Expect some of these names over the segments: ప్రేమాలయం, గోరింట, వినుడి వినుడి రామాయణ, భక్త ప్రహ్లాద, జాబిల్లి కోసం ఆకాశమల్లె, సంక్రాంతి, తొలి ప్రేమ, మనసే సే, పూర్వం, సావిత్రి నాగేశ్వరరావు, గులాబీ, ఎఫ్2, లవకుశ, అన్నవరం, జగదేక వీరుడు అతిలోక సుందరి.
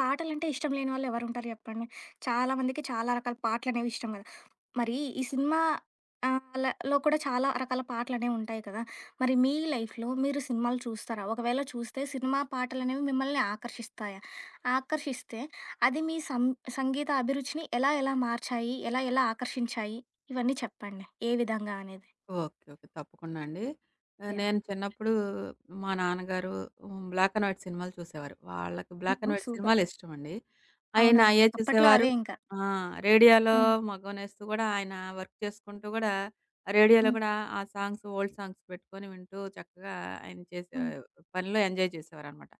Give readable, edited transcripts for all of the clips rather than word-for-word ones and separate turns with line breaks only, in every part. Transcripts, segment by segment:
పాటలంటే ఇష్టం లేని వాళ్ళు ఎవరుంటారు చెప్పండి? చాలా మందికి చాలా రకాల పాటలనేవి ఇష్టం గదా! మరి ఈ సినిమా లో కూడా చాలా రకాల పాటలనేవి ఉంటాయి కదా! మరి మీ లైఫ్‌లో మీరు సినిమాలు చూస్తారా? ఒకవేళ చూస్తే సినిమా పాటలనేవి మిమ్మల్ని ఆకర్షిస్తాయా? ఆకర్షిస్తే అది మీ సం సంగీత అభిరుచిని ఎలా ఎలా మార్చాయి? ఎలా ఎలా ఆకర్షించాయి? ఇవన్నీ చెప్పండి. ఏ విధంగా అనేది?
ఓకే. ఓకే. తప్పకుండా అండి.
యాహ్!
నేను చిన్నప్పుడు మా నాన్నగారు బ్లాక్ అండ్ వైట్ సినిమాలు చూసేవారు. వాళ్ళకి బ్లాక్
హుహు.
And white
super.
సినిమాలు ఇష్టమండి. ఆయన అయ్యే
అవునవునులే. అప్పట్లో
చూసేవారు.
అవే ఇంకా.
ఆ! రేడియోలో
హ్మ్.
మగ్గమేస్తూ గూడా ఆయన వర్క్ చేసుకుంటూ గూడా, రేడియోలో
హ్మ్.
గూడా ఆ సాంగ్స్ ఓల్డ్ సాంగ్స్ పెట్టుకొని వింటూ చక్కగా ఆయన చేసే
హ్మ్.
పనిలో ఎంజాయ్ చేసేవారనమాట.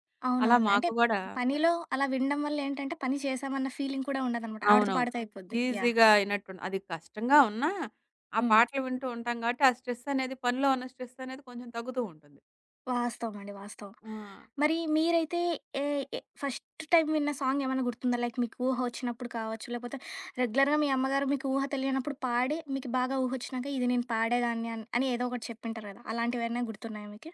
అలా
అవునవునులే. అంటే
మాకు గూడా
పనిలో అలా వినడం వల్ల ఏంటంటే పని చేశామన్న ఫీలింగ్ కూడా ఉండదనమాట. ఆడుతూ
అవునవును.
పాడుతూ అయిపోద్ది. యాహ్!
ఈజీగా అయినట్టుండి అది కష్టంగా ఉన్నా, ఆ
హ్మ్.
పాటలు వింటూ ఉంటాం గాబట్టి, ఆ స్ట్రెస్ అనేది పనిలో ఉన్న స్ట్రెస్ అనేది కొంచెం తగ్గుతూ ఉంటుంది.
వాస్తవం అండి. వాస్తవం.
ఆ!
మరి మీరైతే ఏ ఎ ఫస్ట్ టైం విన్న సాంగ్ ఏమన్నా గుర్తుందా? లైక్ మీకు ఊహ వచ్చినప్పుడు కావచ్చు, లేకపోతే రెగ్యులర్‌గా మీ అమ్మగారు మీకు ఊహ తెలియనప్పుడు పాడి, మీకు బాగా ఊహొచ్చినాక ఇది నేను పాడేదాన్ని అని, ఏదో ఒకటి చెప్పింటారు కదా! అలాంటివేమన్నా గుర్తున్నాయా మీకు?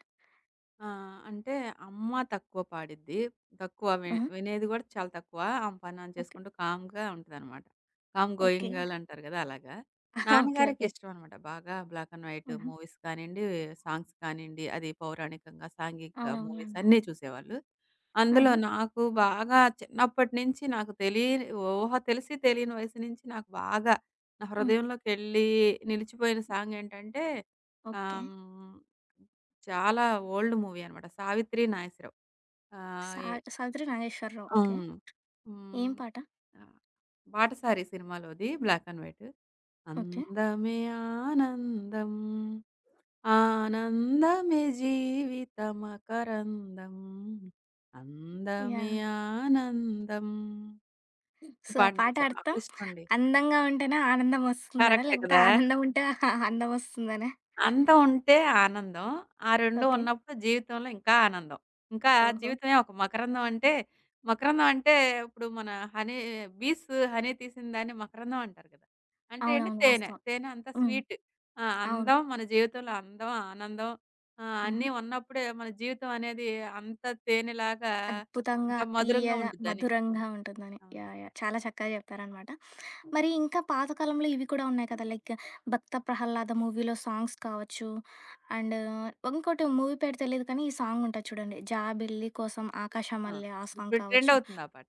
ఆ! అంటే అమ్మ తక్కువ పాడిద్ది. తక్కువ
ఆహా!
వినేది గూడా చాలా తక్కువ. ఆమె పని ఆమె
ఓకే.
చేసుకుంటూ కామ్‌గా ఉంటదనమాట. Com
okay.
గోయింగ్ గర్ల్ అంటారు గదా! అలాగా.
ఆహా, ఓకే.
నాన్నగారికి
ఓకే.
ఇష్టం అనమాట. బాగా బ్లాక్ అండ్ వైట్
ఆహా!
మూవీస్ కానియండి, సాంగ్స్ కానియండి, అది పౌరాణికంగా, సాంఘిక మూవీస్
అవునవునులెండి.
అన్నీ చూసేవాళ్ళు. అందులో
ఆహా!
నాకు బాగా చిన్నప్పటి నుంచి నాకు తెలియని ఊహ తెలిసి తెలియని వయసు నుంచి నాకు బాగా నా
హ్మ్.
హృదయంలోకెళ్ళి నిలిచిపోయిన సాంగ్ ఏంటంటే
ఓకే.
ఆహ్, హ్మ్. చాలా ఓల్డ్ మూవీ అన్నమాట. 'సావిత్రి నాగేశ్వరరావు.' ఆహ్,
సా
ఎ
'సావిత్రి నాగేశ్వరరావు.' ఓకే.
అవును.
ఏం
హ్మ్.
పాట?
ఆహ్, 'బాటసారి' సినిమాలోది బ్లాక్ అండ్ వైట్.
ఓకే.
అందమే ఆనందం, ఆనందమే జీవితమకరందం, అందమే
యాహ్!
ఆనందం. ఈ
సో, ఆ
పాట నాకు
పాట
చాలా
అర్థం
ఇష్టమండి.
అందంగా ఉంటేనే ఆనందం వస్తుందనా?
కరెక్ట్
లేకపోతే
కదా!
ఆనందం ఉంటే అందం వస్తుందనా?
అందం ఉంటే ఆనందం. ఆ 2
ఓకే.
ఉన్నప్పుడు జీవితంలో ఇంకా ఆనందం. ఇంకా
ఓహో!
జీవితమే ఒక మకరందం అంటే, మకరందం అంటే ఇప్పుడు మన హనీ బీస్ హనీ తీసిన దాన్ని మకరందం అంటారు కదా! అంటే ఏంటి
అవునవును.
తేనె.
వాస్తవం.
తేనె అంతా
హ్మ్.
స్వీట్. ఆ!
అవును.
అందం మన జీవితంలో అందం, ఆనందం
హుహు.
అన్నీ ఉన్నప్పుడే మన జీవితం అనేది అంత తేనెలాగా,
అద్భుతంగా,
ఇంత మధురంగా
తీయగా,
ఉంటుందని.
మధురంగా ఉంటుందని.
అవును.
యాహ్! యాహ్! చాలా చక్కగా చెప్పారనమాట. మరి ఇంకా పాత కాలంలో ఇవి కూడా ఉన్నాయి కదా! లైక్ 'భక్త ప్రహ్లాద' మూవీలో సాంగ్స్ కావచ్చు. అండ్ ఇంకోటి మూవీ పేరు తెలీదు కానీ, ఈ సాంగ్ ఉంటది చూడండి 'జాబిల్లి కోసం
ఆ!
ఆకాశమల్లె' ఆ సాంగ్
ఇప్పుడు ట్రెండ్
కావచ్చు.
అవుతుంది ఆ పాట.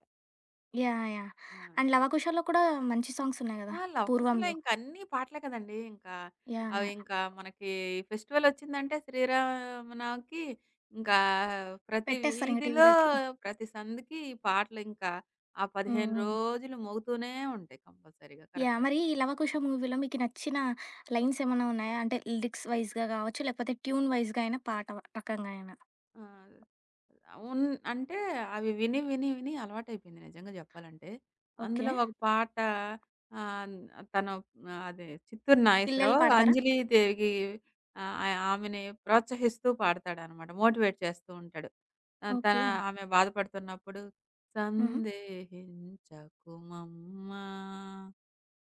యాహ్! యాహ్!
ఆ!
అండ్ 'లవకుశ'లో కూడా మంచి సాంగ్స్ ఉన్నాయి గదా!
ఆ! 'లవ్ కుశలో'
'పూర్వంలో'.
ఇంక అన్ని పాటలే కదండీ. ఇంకా
యాహ్!
అవి
యాహ్!
ఇంకా మనకి ఫెస్టివలొచ్చిందంటే శ్రీరామనవమికి ఇంకా ప్రతి
పెట్టేస్తారు ఇంక
వీధిలో,
టీవీలోకి.
ప్రతి సందుకి ఈ పాటలు ఇంకా ఆ
హ్మ్.
15
హ్మ్.
రోజులు మోగుతూనే ఉంటాయి కంపల్సరీగా.
యాహ్!
కరెక్టే.
మరి ఈ 'లవకుశ' మూవీలో మీకు నచ్చిన లైన్స్ ఏమన్నా ఉన్నాయా? అంటే లిరిక్స్ వైస్‌గా గావచ్చు, లేకపోతే ట్యూన్ వైస్‌గా అయినా, పాట రకంగా అయినా.
ఆ! అవును. అంటే అవి విని, విని, విని అలవాటైపోయింది నిజంగా జెప్పాలంటే.
ఓకే.
అందులో ఒక పాట ఆహ్, తను అదే 'చిత్తూరు
పిల్లలు
నాగేశ్వరరావు'
పాడతారా?
అంజలీదేవికి ఆహ్, ఆయ ఆమెని ప్రోత్సహిస్తూ పాడతాడనమాట. మోటివేట్ చేస్తూ ఉంటాడు. ఆహ్, తన
ఓకే.
ఆమె బాధపడుతున్నప్పుడు
హుహు.
సందేహించకుమమ్మా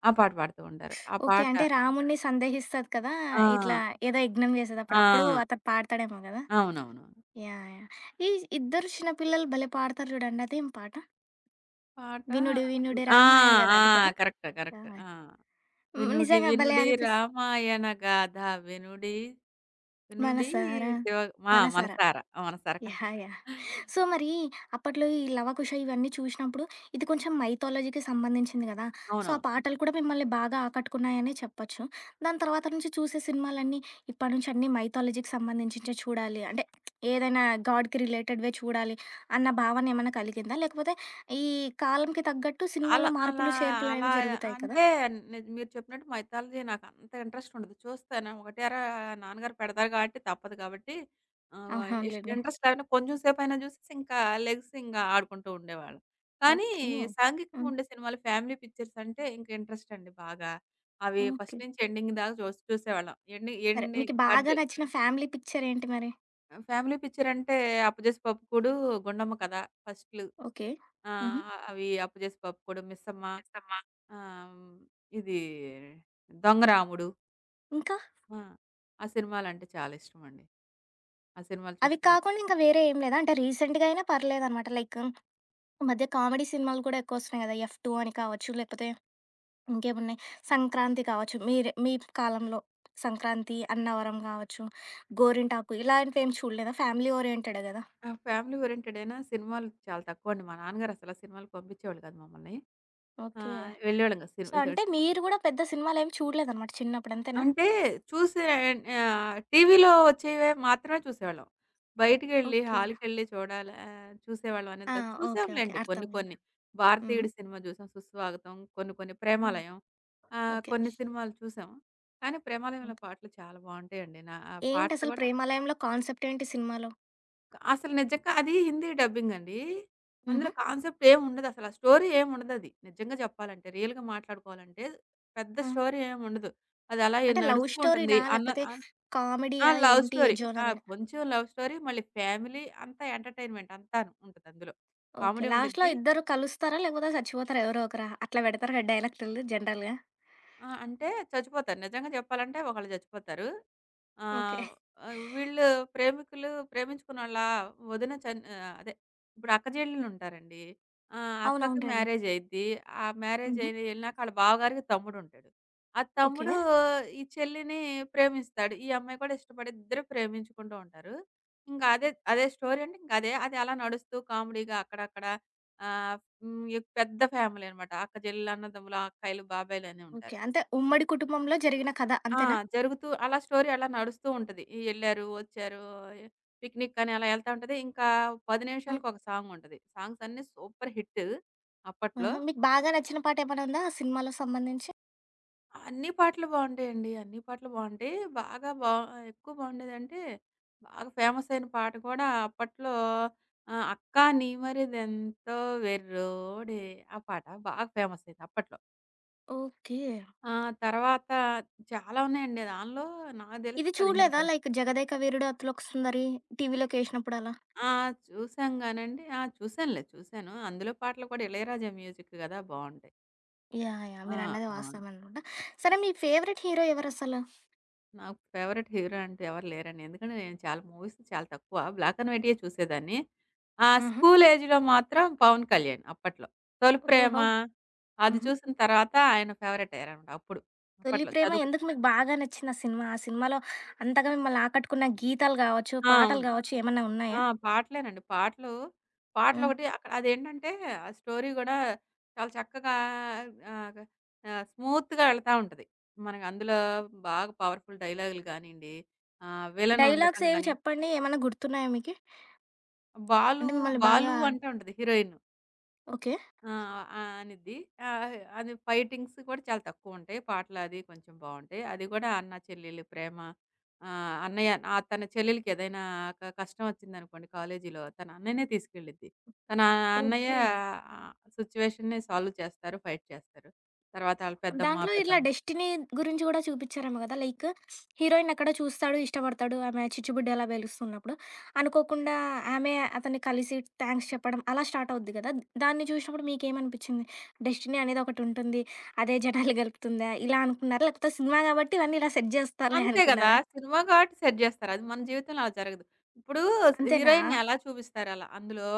ఆ పాట పాడుతూ ఉంటారు. ఆ
ఓకే.
పాట
అంటే రాముడిని సందేహిస్తది కదా!
ఆ!
ఇట్లా ఏదో యజ్ఞం చేసేటప్పుడు. అప్పుడు అప్పుడు
ఆ!
అతను పాడతాడేమో గదా!
అవునవును.
యాహ్! యాహ్! ఈ ఇద్దరు చిన్న పిల్లలు భలే పాడతారు చూడండి. అదేం పాట?
పాట
'వినుడి వినుడి
ఆ!
రామాయణ' గదా!
ఆ!
అది కదా?
కరెక్ట్. కరెక్ట్.
యాహ్!
ఆ!
హ్మ్.
వినుడి
నిజంగా భలే
వినుడి
అనిపిస్తది.
రామాయణ గాథ వినుడి వినుడి
మనసారా,
శివ ఆ!
మనసారా
మనసార. మనసార కరెక్ట్.
యాహ్! యాహ్! సో, మరి అప్పట్లో ఈ 'లవకుశ' ఇవన్నీ చూసినప్పుడు ఇది కొంచెం మైథాలజీకి సంబంధించింది గదా! సో, ఆ
అవునవును.
పాటలు కూడా మిమ్మల్ని బాగా ఆకట్టుకున్నాయనే చెప్పొచ్చు. దాని తర్వాత నుంచి చూసే సినిమాలన్నీ ఇప్పటి నుంచి అన్నీ మైథాలజీకి సంబంధించించే చూడాలి. అంటే ఏదైనా గాడ్‌కి రిలేటెడ్‌వే చూడాలి అన్న భావన ఏమన్నా కలిగిందా? లేకపోతే ఈ కాలంకి తగ్గట్టు
అలా
సినిమాలో
అలా
మార్పులు,
అలా
చేర్పులనేవి జరుగుతాయి కదా!
అంటే ని మీరు చెప్పినట్టు మైథాలజీ నాకంత ఇంట్రెస్ట్ ఉండదు. చూస్తాను ఒకటేరా నాన్నగారు పెడతారు కాబట్టి తప్పదు కాబట్టి ఆహ్, ఇష్
అవునవునులెండి.
ఇంట్రెస్ట్ లేకుండా కొంచెం సేపైనా చూసేసి ఇంకా లెగ్స్ ఇంగ ఆడుకుంటూ ఉండేవాళ్ళం. కానీ
ఓకే.
సాంఘికంగా
హ్మ్.
ఉండే సినిమాలు ఫ్యామిలీ పిక్చర్స్ అంటే ఇంక ఇంట్రెస్ట్ అండి బాగా. అవి
ఓకే.
ఫస్ట్ నుంచి ఎండింగ్ దాకా చూసేవాళ్ళం. ఎండింగ్
సరే. మీకు
ఎండింగ్
బాగా
కార్డ్
నచ్చిన ఫ్యామిలీ పిక్చర్ ఏంటి మరి?
ఆ! ఫ్యామిలీ పిక్చరంటే 'అప్పజేసి పప్పుకూడు', 'గుండమ్మ కథ' ఫస్ట్‌లు.
ఓకే. హుహు.
ఆహ్, అవి 'అప్పజేసి పప్పుకూడు', 'మిస్సమ్మ' ఆహ్, హ్మ్, ఇది 'దొంగరాముడు'
ఇంకా?
ఆ! ఆ సినిమాలంటే చాలా ఇష్టమండి. ఆ సినిమాలు
అవి
చూస్తూ ఉంటా.
కాకుండా ఇంకా వేరే ఏం లేదా? అంటే రీసెంట్‌గా అయినా పర్లేదనమాట. లైక్ ఈ మధ్య కామెడీ సినిమాలు కూడా ఎక్కువొస్తున్నాయి కదా! 'ఎఫ్2' అని కావచ్చు, లేకపోతే ఇంకేమున్నాయి 'సంక్రాంతి' కావచ్చు. మీరే మీ కాలంలో 'సంక్రాంతి', 'అన్నవరం' కావచ్చు, 'గోరింటాకు' ఇలాంటివేం చూడలేదా? ఫ్యామిలీ ఓరియెంటెడే కదా!
ఆ! ఫ్యామిలీ ఓరియెంటెడైనా సినిమాలు చాలా తక్కువండి. మా నాన్నగారు అసల సినిమాలకు పంపించేవాళ్ళు కాదు మమ్మల్ని.
ఓకే.
వెళ్ళేవాళ్ళం కాదు సిని
సో, అంటే మీరు కూడా పెద్ద సినిమాలేమి చూడలేదనమాట చిన్నప్పుడు. అంతేనా?
అంటే చూసే టీవీలో వచ్చేవి మాత్రమే చూసేవాళ్ళం. బయటికెళ్ళి
ఓకే.
హాల్‌కెళ్ళి చూడాల చూసేవాళ్ళం అనేది
ఆ!
కాదు.
ఓకే. ఓకే.
చూసాంలెండి కొన్ని
అర్థమైంది.
కొన్ని.
హుహు.
'భారతీయుడు' సినిమా చూసాం 'సుస్వాగతం', కొన్ని కొన్ని
హ్మ్.
'ప్రేమాలయం'
ఓకే.
కొన్ని సినిమాలు చూసాం. కానీ 'ప్రేమాలయంలో' పాటలు చాలా బావుంటాయండి. నా ఆ పాటలు
ఏంటసలు
కూడా
'ప్రేమాలయంలో' కాన్సెప్ట్ ఏంటి సినిమాలో?
అసలు నిజంగా అది హిందీ డబ్బింగ్ అండి.
హుహు.
అందులో కాన్సెప్ట్ ఏముండదు. అసలు ఆ స్టోరీ ఏముండదది. నిజంగా చెప్పాలంటే రియల్‌గా మాట్లాడుకోవాలంటే పెద్ద
ఆ!
స్టోరీ ఏముండదు. అది అలా
అంటే లవ్
నడుస్తూ ఉంటుంది.
స్టోరీనా?
అన్న
లేకపోతే
అన్ ఆ!
కామెడీయా?
లవ్
ఏంటి ఏ
స్టోరీ. ఆ!
జోనర్ అని?
కొంచెం లవ్ స్టోరీ మళ్ళీ ఫ్యామిలీ అంతా ఎంటర్‌టైన్‌మెంట్ అంతాను ఉంటది అందులో.
ఓకే.
కామెడీ
లాస్ట్‌లో
ఉండిద్ది.
ఇద్దరు కలుస్తారా? లేకపోతే చచ్చిపోతారా ఎవరో ఒకరా? అట్లా పెడతారు కదా! డైలాగులు జనరల్‌గా.
ఆ! అంటే చచ్చిపోతారు. నిజంగా చెప్పాలంటే ఒకళ్ళు చచ్చిపోతారు.
ఓకే.
ఆహ్, ఆహ్, వీళ్ళు ప్రేమికులు ప్రేమించుకున్నోళ్ళ వదిన చన్ ఆహ్, అదే ఇప్పుడు అక్క చెల్లెలుంటారండి. ఆ! అక్కకి
అవునవునులెండి.
మ్యారేజ్ అయిద్ది. ఆ మ్యారేజ్
హుహు.
అయి ఎళ్ళినాక ఆళ్ళ బావగారికి తమ్ముడుంటాడు. ఆ
ఓకే.
తమ్ముడు ఈ చెల్లిని ప్రేమిస్తాడు. ఈ అమ్మాయి కూడా ఇష్టపడి ఇద్దరు ప్రేమించుకుంటూ ఉంటారు. ఇంక అదే అదే స్టోరీ అంటే ఇంక అదే. అది అలా నడుస్తూ కామెడీగా అక్కడక్కడ ఆహ్, హ్మ్. పెద్ద ఫ్యామిలీ అనమాట. అక్క చెల్లెలు, అన్నదమ్ములు, అక్కాయిలు, బాబాయిలు అని
ఓకే.
ఉంటారు.
అంటే ఉమ్మడి కుటుంబంలో జరిగిన కథ
ఆ!
అంతేనా?
జరుగుతూ అలా స్టోరీ అలా నడుస్తూ ఉంటది. ఈ యెళ్లారు, వచ్చారు, పిక్నిక్ అని అలా యెళ్తా ఉంటది. ఇంకా 10
హ్మ్.
నిమిషాలకు ఒక సాంగ్ ఉంటది. సాంగ్స్ అన్నీ సూపర్ హిట్ అప్పట్లో.
ఆహా! మీకు బాగా నచ్చిన పాట ఏమైనా ఉందా ఆ సినిమాలో సంబంధించి?
అన్ని పాటలు బావుంటాయండి. అన్ని పాటలు బావుంటాయి. బాగా బా ఎక్కువ బావుండేదంటే బాగా ఫేమస్ అయిన పాట కూడా అప్పట్లో 'అక్కా నీ మరిదెంతో వెర్రోడే' ఆ పాట బాగా ఫేమస్ అయింది అప్పట్లో.
ఓకే.
ఆ తర్వాత చాలా ఉన్నాయండి. దానిలో నాకు తెలిసి
ఇది
15,
చూడలేదా
16
లైక్ 'జగదేక వీరుడు అతిలోక సుందరి' టీవీలోకేసినప్పుడు అలా?
ఆ! చూసాం గానండి. ఆ! చూసానులే చూసాను. అందులో పాటలు కూడా ఇళయరాజా మ్యూజిక్ గదా! బావుంటాయి.
యాహ్! యాహ్!
ఆ!
మీరన్నది
బావుంటాయి.
వాస్తవమనుకుంటా. సరే మీ ఫేవరెట్ హీరో ఎవరసలు?
నాకు ఫేవరెట్ హీరో అంటే ఎవరు లేరండి. ఎందుకంటే నేను చాలా మూవీస్ చాలా తక్కువ. బ్లాక్ అండ్ వైట్‌యే చూసేదాన్ని. ఆ
హుహు.
స్కూల్ ఏజ్‌లో మాత్రం పవన్ కళ్యాణ్ అప్పట్లో. 'తొలి
ఓహో!
ప్రేమ' అది
హుహు.
చూసిన తర్వాత ఆయన ఫేవరెట్ అయ్యారనమాట అప్పుడు.
'తొలి
అప్పట్లో
ప్రేమ' ఎందుకు మీకు
చదువుకునేటప్పుడు.
బాగా నచ్చింది ఆ సినిమా? ఆ సినిమాలో అంతగా మిమ్మల్ని ఆకట్టుకున్న గీతాలు గావచ్చు,
ఆ!
పాటలు
అవును.
గావచ్చు ఏమన్నా ఉన్నాయా?
ఆ! పాటలేనండి. పాటలు,
హ్మ్.
పాటలొకటి అక్కడ అదేంటంటే, ఆ స్టోరీ గూడా చాలా చక్కగా ఆహ్, గ స్మూత్‌గా ఎళ్తా ఉంటది. మనకి అందులో బాగా పవర్‌ఫుల్ డైలాగులు గానియండి,
డైలాగ్స్
విలనుండటం
ఏవి
గాని,
చెప్పండి. ఏమన్నా గుర్తున్నాయా మీకి? అంటే
'బాలు
మిమ్మల్ని బాగా
బాలు' అంటా ఉంటది హీరోయిన్.
ఓకే.
ఆ! ఆహ్, అనిద్ది. ఆహ్, అది ఫైటింగ్స్ కూడా చాలా తక్కువుంటాయి. పాటలది కొంచెం బావుంటాయి. అది కూడా అన్న చెల్లెలు ప్రేమ. అన్నయ్య ఆ తన చెల్లెలికి ఏదైనా కష్టం వచ్చిందనుకోండి కాలేజీలో తన అన్నయ్యనే తీసుకెళ్ళిద్ది. తన అన్నయ్య
ఓకే.
ఆ సిట్యుయేషన్‌ని సాల్వ్ చేస్తారు. ఫైట్ చేస్తారు. తర్వాత ఆళ్ళ పెద్దమ్మ,
దాంట్లో ఇట్లా
పెద్దమ్మ
డెస్టినీ గురించి గూడా చూపిచ్చారేమో గదా! లైక్ హీరోయిన్ ఎక్కడో చూస్తాడు, ఇష్టపడతాడు. ఆమె చిచ్చుబుడ్డి అలా పేలుస్తున్నప్పుడు. అనుకోకుండా ఆమె అతన్ని కలిసి థాంక్స్ చెప్పడం అలా స్టార్ట్ అవుద్ది గదా! దాన్ని చూసినప్పుడు మీకేమనిపిచ్చింది? డెస్టినీ అనేది ఒకటుంటుంది. అదే జనాలు గలుపుతుందా? ఇలా అనుకున్నారా? లేకపోతే సినిమా గాబట్టి ఇవన్నీ ఇలా సెట్ జేస్తారులే
అంతే గదా!
అనుకున్నారా?
సినిమా కాబట్టి సెట్ జేస్తారు. అది మన జీవితంలో అలా జరగదు. ఇప్పుడు
అంతేనా?
హీరోయిన్‌ని ఎలా చూపిస్తారు అలా అందులో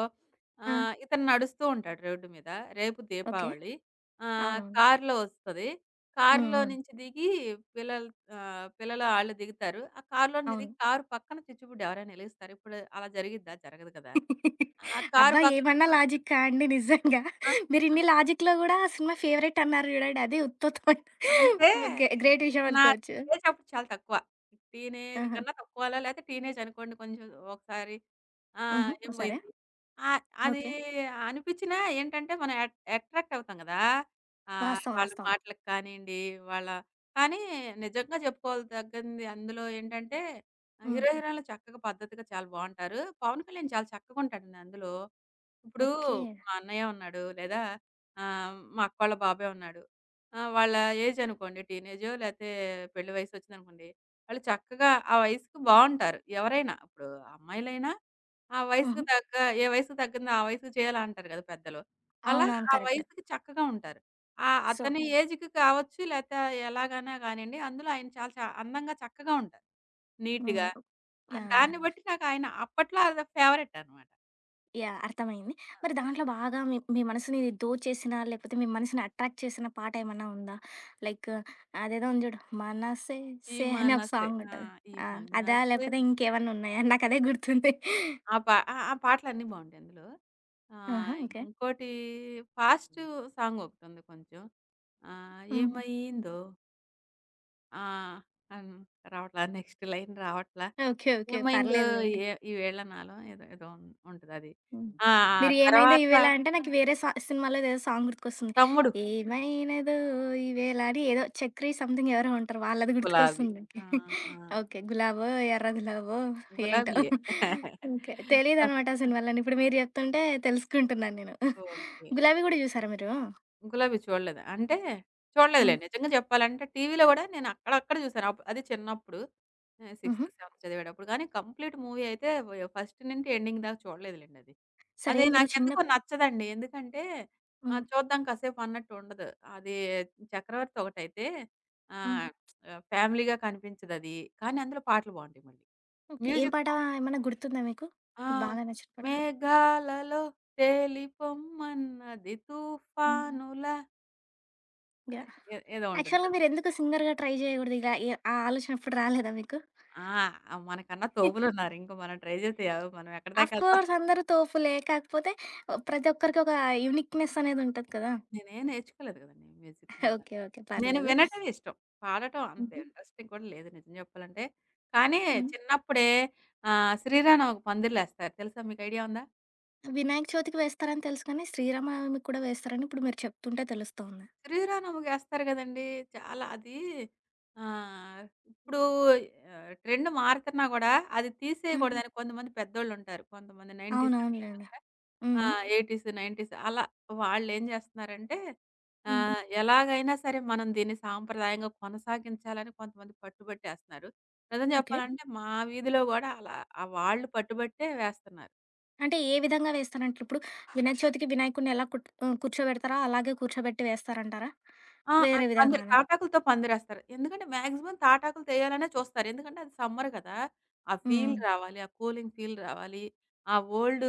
ఆ!
ఇతను నడుస్తూ ఉంటాడు రోడ్డు మీద. రేపు
ఓకే.
దీపావళి.
అవునవును.
కారులో వస్తది.
హ్మ్.
కారులో
హ్మ్.
నుంచి దిగి పిల్లలు పిల్లలు ఆళ్ళు దిగుతారు. ఆ కారులో నుంచి
అవును.
దిగి కారు పక్కన చిచ్చుబుడ్డి ఎవరైనా ఎలిగిస్తారు. ఇప్పుడు అలా జరిగిద్దా? జరగదు కదా! ఆ కారు
అబ్బా!
పక్క
ఏమన్నా లాజిక్కా అండి నిజంగా.
ఆ!
మీరిన్ని లాజిక్‌లో గూడా ఆ సినిమా ఫేవరెట్ అన్నారు జూడండి. అదే ఉత్తత్తోన్
అంటే
గ్రేట్ విషయం
నా
అనుకోవచ్చు.
ఏజ్ అప్పుడు చాలా తక్కువ. టీనేజ్
ఆహా!
కన్నా తక్కువలో లేతే టీనేజ్ అనుకోండి కొంచెం ఒకసారి
హుహు.
ఏం
సరే.
పోయింది. అది
ఓకే.
అనిపించినా ఏంటంటే మనం అట్రాక్ట్ అవుతాం గదా!
వాస్తవం.
వాళ్ళ
వాస్తవం.
మాటలకి కానియండి, వాళ్ళ కానీ నిజంగా చెప్పుకోవాలి తగ్గింది అందులో ఏంటంటే
హ్మ్.
హీరో, హీరోయిన్‌లు చక్కగా పద్ధతిగా చాలా బావుంటారు. పవన్ కళ్యాణ్ చాలా చక్కగా ఉంటాడండి అందులో. ఇప్పుడు
ఓకే.
మా అన్నయ్య ఉన్నాడు లేదా మా అక్కోళ్ళ బాబాయ్ ఉన్నాడు. ఆ! వాళ్ళ ఏజ్ అనుకోండి. టీనేజో లేతే పెళ్లి వయసొచ్చిందనుకోండి. వాళ్ళు చక్కగా ఆ వయసుకి బావుంటారు. ఎవరైనా ఇప్పుడు అమ్మాయిలైనా ఆ వయసుకు
హుహు.
తగ్గ ఏ వయసుకు తగ్గిందో ఆ వయసుకు చేయాలా అంటారు గదా పెద్దలు. అలా
అవునవును.
ఆ
కరెక్ట్.
వయసుకి చక్కగా ఉంటారు.
సో
అతని ఏజ్‌కి కావచ్చు లేతే ఎలాగైనా గానియండి అందులో ఆయన చాలా అందంగా చక్కగా ఉంటారు. నీట్‌గా.
హ్మ్. యాహ్! యాహ్!
దాన్ని బట్టి నాకు ఆయన అప్పట్లో అది ఫేవరెట్ అనమాట.
యాహ్! అర్థమైంది.
ఆ!
మరి దాంట్లో బాగా మీ మీ మనసుని దోచేసిన, లేకపోతే మీ మనసుని అట్రాక్ట్ చేసిన పాట ఏమన్నా ఉందా? లైక్ అదేదో ఉంది జూడు
ఈ
'సే' అని ఒక
మనసే.
సాంగ్
ఆ!
ఉంటది.
ఈ
ఆ! అదా?
మనసే
లేకపోతే ఇంకేమన్నా ఉన్నాయా? నాకదే గుర్తుంది.
ఆ! పా ఆ! ఆ పాటలన్నీ బావుంటాయి అందులో.
ఆహా!
ఆహ్,
ఓకే.
ఇంకోటి ఫాస్టు సాంగ్ ఒకటుంది కొంచెం.
హుహు.
ఏమైందో ఆహ్, అన్ రావట్లా నెక్స్ట్ లైన్ రావట్లా.
ఓకే. ఓకే.
ఏమైందో
పర్లేదులెండి.
ఏ ఈవేళ నాలో ఏదో ఏదో ఉంటదది.
హ్మ్.
ఆ!
మీరు ఏమైందో
తర్వాత
ఈవేళ అంటే నాకు వేరే సినిమాలోది ఏదో సాంగ్ గుర్తుకొస్తుంది.
తమ్ముడు
ఏమైనదో ఈవేళ అని ఏదో చక్రి సంథింగ్ ఎవరో ఉంటారు. వాళ్ళది
గులాబీ.
గుర్తుకొస్తుంది.
ఆ! ఆ!
ఓకే. గులాబో, ఎర్ర గులాబో ఏంటో.
గులాబీయే.
ఓకే. తెలీదనమాట ఆ సినిమాలన్నీ. ఇప్పుడు మీరు చెప్తుంటే తెలుసుకుంటున్నాను నేను.
ఓకే.
'గులాబీ' గూడా చూసారా మీరు?
'గులాబీ' చూడలేదు. అంటే చూడలేదులే.
హ్మ్.
నిజంగా చెప్పాలంటే టీవీలో గూడా నేను అక్కడక్కడ చూసాను. అది చిన్నప్పుడు.
హుహు.
సిక్స్త్, సెవెన్త్ చదివేటప్పుడు. కానీ కంప్లీట్ మూవీ అయితే ఫస్ట్ నుండి ఎండింగ్ దాకా చూడలేదులెండి అది.
సరే
అది
మీరు చిన్న
నాకెందుకో నచ్చదండి. ఎందుకంటే
హ్మ్.
చూద్దాం కాసేపు అన్నట్టు ఉండదు. అది 'చక్రవర్తి' ఒకటైతే
హ్మ్.
ఆహ్, ఫ్యామిలీగా కనిపించదది. కానీ అందులో పాటలు బావుంటాయి మళ్ళీ.
ఓకే. ఏం
మ్యూజిక్
పాట
బావుం
ఏమన్నా గుర్తుందా మీకు?
ఆ!
మీకు బాగా నచ్చిన పాట?
మేఘాలలో తేలిపొమ్మన్నది
హ్మ్.
తుఫానులా ఆ!
యాహ్!
ఏదో ఉంటుంది.
యాక్చువల్‌గా మీరెందుకు సింగర్‌గా ట్రై జేయగూడదు? ఇలా ఏ ఆ ఆలోచన ఎప్పుడు రాలేదా మీకు?
ఆ! మనకన్నా తోబులున్నారు. ఇంక మనం ట్రై చేస్తే మనం ఎక్కడి దాకా ఎళ్తాం.
ఆఫ్‌కోర్స్ అందరూ తోపులే. కాకపోతే ప్రతి ఒక్కరికి ఒక యూనిక్‌నెస్ అనేదుంటది కదా!
నేనేం నేర్చుకోలేదు కదండీ మ్యూజిక్ మీద.
ఓకే. ఓకే.
నేను
పర్లేదు.
వినటమే ఇష్టం. పాడటం అంత
హుహు.
ఇంట్రెస్టింగ్ కూడా లేదు నిజం చెప్పాలంటే. కానీ
హ్మ్.
చిన్నప్పుడే 'శ్రీరామనవమికి' పందిర్లేస్తారు. తెలుసా మీకు ఐడియా ఉందా?
వినాయక చవితికి వేస్తారని తెలుసు కానీ, శ్రీరామనవమికి కూడా వేస్తారని ఇప్పుడు మీరు చెప్తుంటే తెలుస్తోంది.
శ్రీరామనవమికేస్తారు కదండీ! చాలా అది ఆహ్, ఇప్పుడు ట్రెండ్ మారుతున్నా కూడా అది
ఆ!
తీసేయకూడదని కొంతమంది పెద్దోళ్ళుంటారు. కొంతమంది 90స్
అవునవునులెండి.
ఆ!
హ్మ్.
80స్, 90స్ అలా వాళ్ళేం జేస్తన్నారంటే
హ్మ్.
ఎలాగైనా సరే మనం దీన్ని సాంప్రదాయంగా కొనసాగించాలని కొంతమంది పట్టుబట్టేస్తన్నారు. నిజం
ఓకే.
జెప్పాలంటే మా వీధిలో గూడా అలా ఆ వాళ్ళు పట్టుబట్టే వేస్తన్నారు.
అంటే ఏ విధంగా వేస్తారంటారు? ఇప్పుడు వినాయక చవితికి వినాయకుడిని ఎలా కూర్చోబెడతారో అలాగే కూర్చోబెట్టి వేస్తారంటారా?
ఆ!
వేరే
అది పందిరి
విధంగానా?
తాటాకులతో పందిరేస్తారు. ఎందుకంటే మాక్సిమం తాటాకులు తెయాలనే చూస్తారు. ఎందుకంటే అది సమ్మర్ కదా! ఆ
హ్మ్.
ఫీల్ రావాలి. ఆ కూలింగ్ ఫీల్ రావాలి. ఆ ఓల్డ్,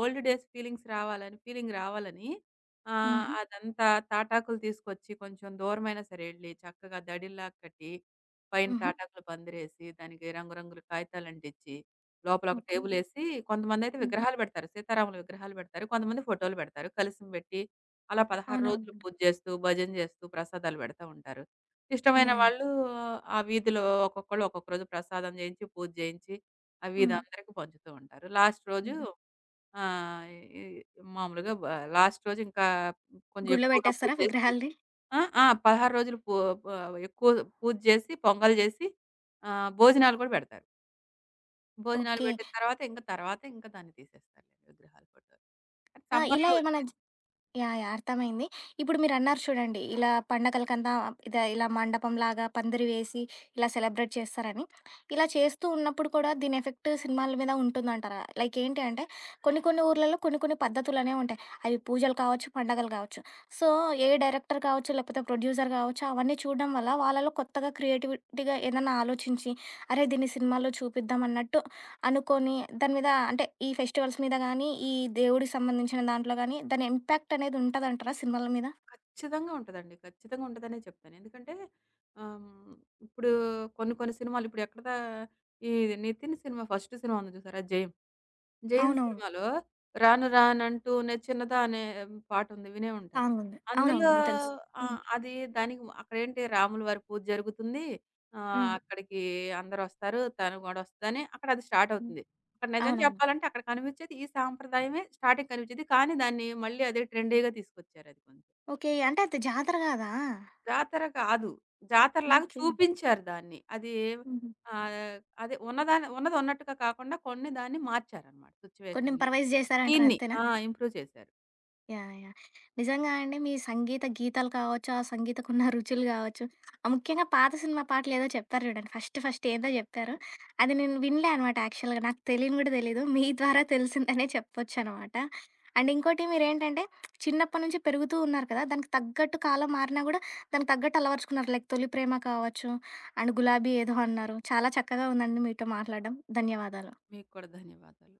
ఓల్డ్ డేస్ ఫీలింగ్స్ రావాలని ఫీలింగ్ రావాలని ఆహ్, హ్మ్.
హుహు.
అదంతా తాటాకులు తీసుకొచ్చి కొంచెం దూరమైనా సరే ఎళ్లి చక్కగా దడిల్లాగా కట్టి, పైన
హుహు.
తాటాకులు పందిరేసి, దానికి రంగురంగుల కాగితాలు అంటించి, లోపల ఒక
ఓకే.
టేబులేసి కొంతమందైతే
హ్మ్.
విగ్రహాలు పెడతారు. సీతారాముల విగ్రహాలు పెడతారు. కొంతమంది ఫోటోలు పెడతారు. కలిసి పెట్టి అలా 16 రోజులు
అవునవునండి.
పూజ చేస్తూ, భజన చేస్తూ ప్రసాదాలు పెడతా ఉంటారు. ఇష్టమైన
యాహ్! యాహ్!
వాళ్ళు ఆ వీధిలో ఒక్కొక్కళ్ళు ఒక్కొక్క రోజు ప్రసాదం చేయించి, పూజ చేయించి, ఆ వీధి
హ్మ్.
అందరికి పంచుతూ ఉంటారు. లాస్ట్ రోజు
హ్మ్.
ఆహ్, ఈ మామూలుగా బ లాస్ట్ రోజు ఇంకా కొంచెం
గుడిలో
ఎక్కువగా పూజ
పెట్టేస్తారా
చేసి
విగ్రహాల్ని?
ఆ! ఆ! 16 రోజులు పూ ప ఎక్కువ పూజ చేసి, పొంగల్ చేసి భోజనాలు కూడా పెడతారు. భోజనాలు
ఓకే.
పెట్టిన తర్వాత ఇంక తర్వాత ఇంక దాన్ని తీసేస్తారులెండి విగ్రహాలు ఫోటోలు. కానీ
ఆ! ఇలా
సమ్మర్‌లో
ఏమన్నా జ
వచ్చేది.
యాహ్! యాహ్! అర్థమైంది. ఇప్పుడు మీరన్నారు చూడండి, ఇలా పండగలకంతా ఇలా మండపంలాగా పందిరి వేసి, ఇలా సెలబ్రేట్ చేస్తారని. ఇలా చేస్తూ ఉన్నప్పుడు కూడా దీని ఎఫెక్ట్ సినిమాల మీద ఉంటుందంటారా? లైక్ ఏంటి అంటే, కొన్ని కొన్ని ఊర్లలో కొన్ని కొన్ని పద్ధతులనేవి ఉంటాయి. అవి పూజలు కావచ్చు, పండగలు కావచ్చు. సో, ఏ డైరెక్టర్ కావచ్చు, లేకపోతే ప్రొడ్యూసర్ కావచ్చు, అవన్నీ చూడడం వల్ల వాళ్ళలో కొత్తగా క్రియేటివిటీగా ఏదన్నా ఆలోచించి, అరే! దీన్ని సినిమాలో చూపిద్దాం అన్నట్టు అనుకోని దాని మీద అంటే ఈ ఫెస్టివల్స్ మీద గానీ, ఈ దేవుడికి సంబంధించిన దాంట్లో గానీ దాని ఇంపాక్ట్ అనేది ఉంటదంటారా సినిమాల మీద?
ఖచ్చితంగా ఉంటదండి. ఖచ్చితంగా ఉంటదనే చెప్తాను. ఎందుకంటే ఆహ్, హ్మ్, ఇప్పుడు కొన్ని కొన్ని సినిమాలు ఇప్పుడు ఎక్కడ దా ఈ 'నితిన్' సినిమా ఫస్ట్ సినిమా ఉంది చూసారా 'జయం'. 'జయం'
అవునవును.
సినిమాలో 'రాను రానంటూనే చిన్నదా' అనే పాట ఉంది వినే ఉంటారు.
సాంగుంది.
అందులో
అవునవును. తెలుసు. హ్మ్.
అది దానికి అక్కడేంటి రాముల వారి పూజ జరుగుతుంది.
హ్మ్.
అక్కడికి అందరొస్తారు. తను కూడా వస్తదని అక్కడ అది స్టార్ట్
హ్మ్.
అవుతుంది. అక్కడ నిజం
అవునవును.
చెప్పాలంటే అక్కడ కనిపించేది ఈ సాంప్రదాయమే స్టార్టింగ్ కనిపించేది. కానీ దాన్ని మళ్ళీ అదే ట్రెండీగా తీసుకొచ్చారది కొంచెం.
ఓకే. అంటే అది జాతర గాదా?
జాతర కాదు. జాతరలాగా
ఓకే.
చూపించారు దాన్ని. అది
హుహు.
ఆహ్, అదే ఉన్నది ఉన్నట్టుగా కాకుండా కొన్ని దాన్ని మార్చారన్నమాట
కొంచెం
సిట్యుయేషన్‌ని.
ఇంప్రవైజ్ జేశారంటారు
దీన్ని
అంతేనా?
ఆ! ఇంప్రూవ్ చేశారు.
యాహ్! యాహ్! నిజంగా అండి మీ సంగీత గీతాలు కావచ్చు, ఆ సంగీతకున్న రుచులు కావచ్చు, ఆ ముఖ్యంగా పాత సినిమా పాటలేదో చెప్పారు చూడండి. ఫస్ట్ ఫస్ట్ ఏదో చెప్పారు. అది నేను వినలే అనమాట యాక్చువల్‌గా. నాకు తెలియని కూడా తెలీదు. మీ ద్వారా తెలిసిందనే చెప్పొచ్చనమాట. అండ్ ఇంకోటి మీరేంటంటే చిన్నప్పటి నుంచి పెరుగుతూ ఉన్నారు కదా! దానికి తగ్గట్టు కాలం మారినా కూడా దానికి తగ్గట్టు అలవరుచుకున్నారు. లైక్ 'తొలి ప్రేమ' కావచ్చు, అండ్ 'గులాబీ' ఏదో అన్నారు. చాలా చక్కగా ఉందండి మీతో మాట్లాడడం. ధన్యవాదాలు.
మీకు కూడా ధన్యవాదాలు.